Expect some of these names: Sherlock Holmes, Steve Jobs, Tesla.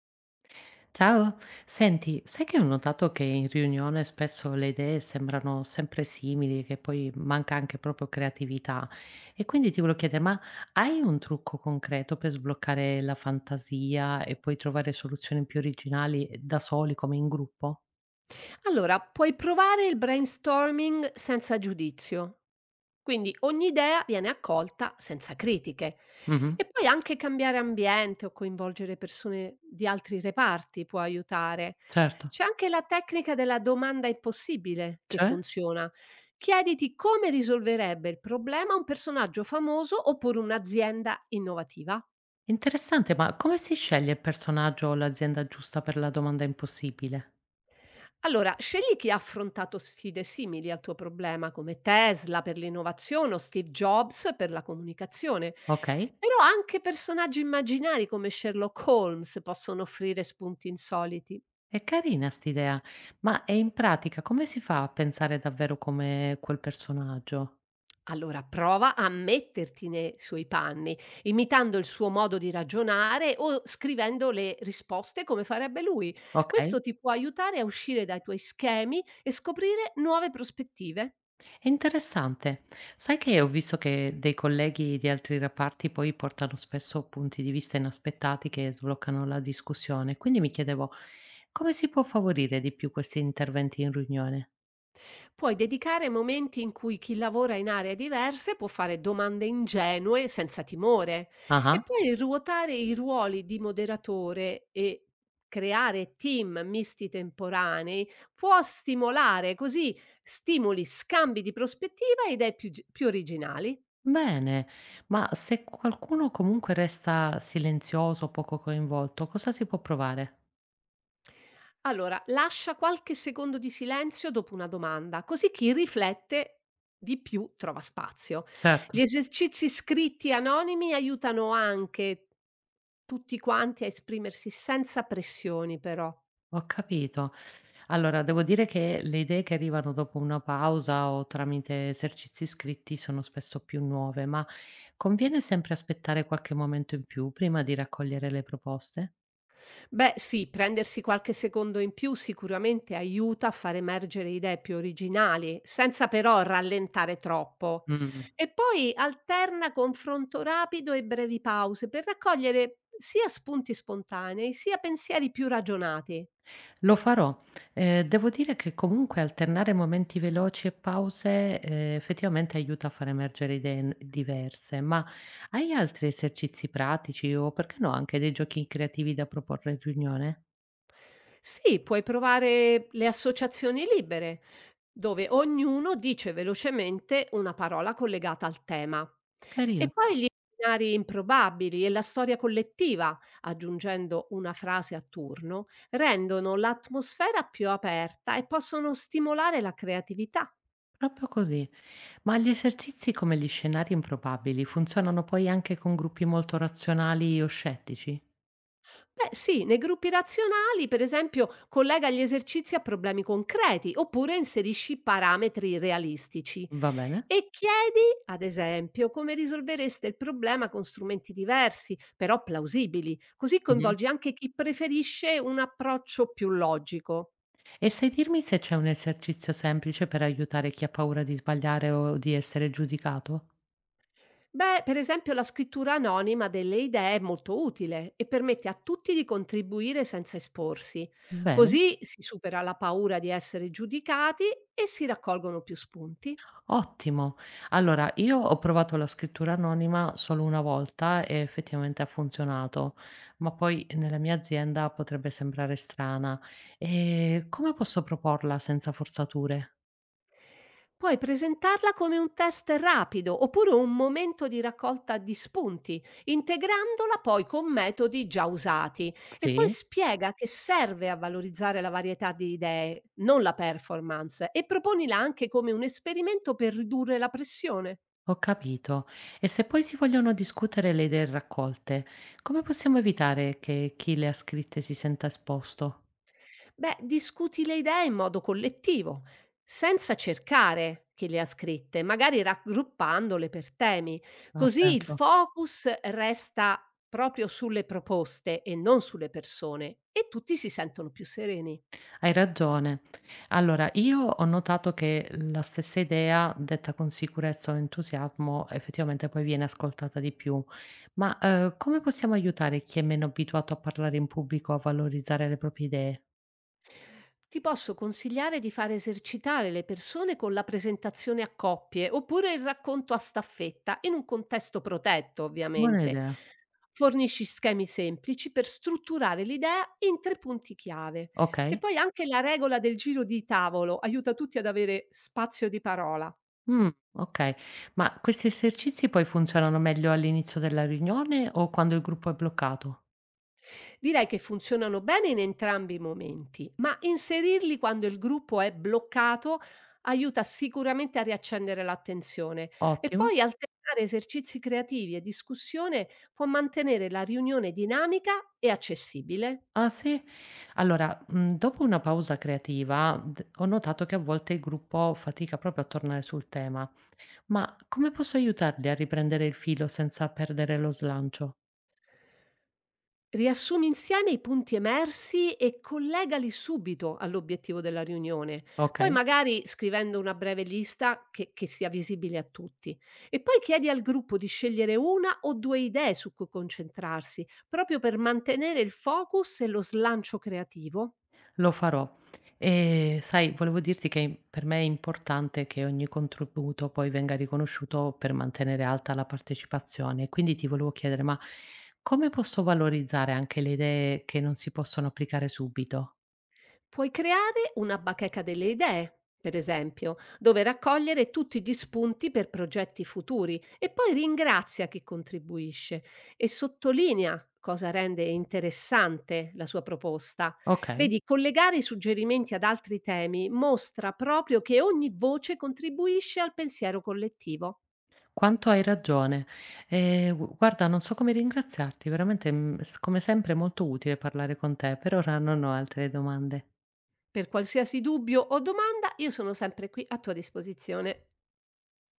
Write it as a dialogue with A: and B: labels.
A: Ciao, senti, sai che ho notato che in riunione spesso le idee sembrano sempre simili, che poi manca anche proprio creatività. E quindi ti volevo chiedere, ma hai un trucco concreto per sbloccare la fantasia e poi trovare soluzioni più originali da soli come in gruppo?
B: Allora, puoi provare il brainstorming senza giudizio, quindi ogni idea viene accolta senza critiche.
A: Mhm,
B: E poi anche cambiare ambiente o coinvolgere persone di altri reparti può aiutare.
A: certo.
B: C'è anche la tecnica della domanda impossibile che
A: Cioè?
B: funziona. Chiediti come risolverebbe il problema un personaggio famoso oppure un'azienda innovativa.
A: Interessante, ma come si sceglie il personaggio o l'azienda giusta per la domanda impossibile?
B: Allora, scegli chi ha affrontato sfide simili al tuo problema, come Tesla per l'innovazione o Steve Jobs per la comunicazione.
A: Ok?
B: Però anche personaggi immaginari come Sherlock Holmes possono offrire spunti insoliti.
A: È carina st'idea, ma, e in pratica come si fa a pensare davvero come quel personaggio?
B: Allora prova a metterti nei suoi panni, imitando il suo modo di ragionare o scrivendo le risposte come farebbe lui.
A: Okay,
B: Questo ti può aiutare a uscire dai tuoi schemi e scoprire nuove prospettive.
A: è interessante. Sai che ho visto che dei colleghi di altri reparti poi portano spesso punti di vista inaspettati che sbloccano la discussione, quindi mi chiedevo come si può favorire di più questi interventi in riunione?
B: Puoi dedicare momenti in cui chi lavora in aree diverse può fare domande ingenue senza timore e
A: Ah-ah.
B: puoi ruotare i ruoli di moderatore e creare team misti temporanei può stimolare, così stimoli scambi di prospettiva e idee più, più originali.
A: Bene, ma se qualcuno comunque resta silenzioso, poco coinvolto, cosa si può provare?
B: Allora, lascia qualche secondo di silenzio dopo una domanda, così chi riflette di più trova spazio. Gli
A: Certo.
B: esercizi scritti anonimi aiutano anche tutti quanti a esprimersi senza pressioni però.
A: Ho capito. Allora, devo dire che le idee che arrivano dopo una pausa o tramite esercizi scritti sono spesso più nuove, ma conviene sempre aspettare qualche momento in più prima di raccogliere le proposte?
B: Beh sì, prendersi qualche secondo in più sicuramente aiuta a far emergere idee più originali, senza però rallentare troppo.
A: Mm.
B: E poi alterna confronto rapido e brevi pause per raccogliere sia spunti spontanei, sia pensieri più ragionati.
A: Lo farò. Devo dire che comunque alternare momenti veloci e pause, effettivamente aiuta a far emergere idee diverse, ma hai altri esercizi pratici o perché no anche dei giochi creativi da proporre in riunione?
B: Sì, puoi provare le associazioni libere, dove ognuno dice velocemente una parola collegata al tema.
A: Carino.
B: E poi gli scenari improbabili e la storia collettiva, aggiungendo una frase a turno, rendono l'atmosfera più aperta e possono stimolare la creatività.
A: Proprio così. Ma gli esercizi come gli scenari improbabili funzionano poi anche con gruppi molto razionali o scettici?
B: Beh sì, nei gruppi razionali, per esempio, collega gli esercizi a problemi concreti oppure inserisci parametri realistici
A: Va bene?
B: e chiedi, ad esempio, come risolvereste il problema con strumenti diversi, però plausibili, così
A: Mhm.
B: coinvolgi anche chi preferisce un approccio più logico.
A: E sai dirmi se c'è un esercizio semplice per aiutare chi ha paura di sbagliare o di essere giudicato?
B: Beh, per esempio la scrittura anonima delle idee è molto utile e permette a tutti di contribuire senza esporsi.
A: Bene,
B: Così si supera la paura di essere giudicati e si raccolgono più spunti.
A: ottimo. Allora, io ho provato la scrittura anonima solo una volta e effettivamente ha funzionato, ma poi nella mia azienda potrebbe sembrare strana. E come posso proporla senza forzature?
B: Puoi presentarla come un test rapido oppure un momento di raccolta di spunti, integrandola poi con metodi già usati e poi
A: Sì.
B: spiega che serve a valorizzare la varietà di idee, non la performance, e proponila anche come un esperimento per ridurre la pressione.
A: Ho capito. E se poi si vogliono discutere le idee raccolte, come possiamo evitare che chi le ha scritte si senta esposto?
B: Beh, discuti le idee in modo collettivo, senza cercare chi le ha scritte, magari raggruppandole per temi.
A: Ha
B: Così il
A: senso.
B: focus resta proprio sulle proposte e non sulle persone e tutti si sentono più sereni.
A: Hai ragione. Allora, io ho notato che la stessa idea, detta con sicurezza o entusiasmo, effettivamente poi viene ascoltata di più. Ma come possiamo aiutare chi è meno abituato a parlare in pubblico a valorizzare le proprie idee?
B: Ti posso consigliare di far esercitare le persone con la presentazione a coppie oppure il racconto a staffetta, in un contesto protetto
A: Buona
B: ovviamente.
A: idea.
B: Fornisci schemi semplici per strutturare l'idea in 3 punti chiave
A: Ok.
B: e poi anche la regola del giro di tavolo aiuta tutti ad avere spazio di parola.
A: Mh, okay. Ma questi esercizi poi funzionano meglio all'inizio della riunione o quando il gruppo è bloccato?
B: Direi che funzionano bene in entrambi i momenti, ma inserirli quando il gruppo è bloccato aiuta sicuramente a riaccendere l'attenzione e
A: Ottimo.
B: poi alternare esercizi creativi e discussione può mantenere la riunione dinamica e accessibile.
A: Ah sì? Allora, dopo una pausa creativa d ho notato che a volte il gruppo fatica proprio a tornare sul tema. Ma come posso aiutarli a riprendere il filo senza perdere lo slancio?
B: Riassumi insieme i punti emersi e collegali subito all'obiettivo della riunione, poi
A: Okay.
B: magari scrivendo una breve lista che sia visibile a tutti. E poi chiedi al gruppo di scegliere una o due idee su cui concentrarsi, proprio per mantenere il focus e lo slancio creativo.
A: Lo farò. Sai, volevo dirti che per me è importante che ogni contributo poi venga riconosciuto per mantenere alta la partecipazione. Quindi ti volevo chiedere, ma come posso valorizzare anche le idee che non si possono applicare subito?
B: Puoi creare una bacheca delle idee, per esempio, dove raccogliere tutti gli spunti per progetti futuri e poi ringrazia chi contribuisce e sottolinea cosa rende interessante la sua proposta.
A: Okay,
B: Vedi, collegare i suggerimenti ad altri temi mostra proprio che ogni voce contribuisce al pensiero collettivo.
A: quanto hai ragione. Gu guarda, non so come ringraziarti, veramente, s come sempre è molto utile parlare con te. Per ora non ho altre domande.
B: Per qualsiasi dubbio o domanda, io sono sempre qui a tua disposizione.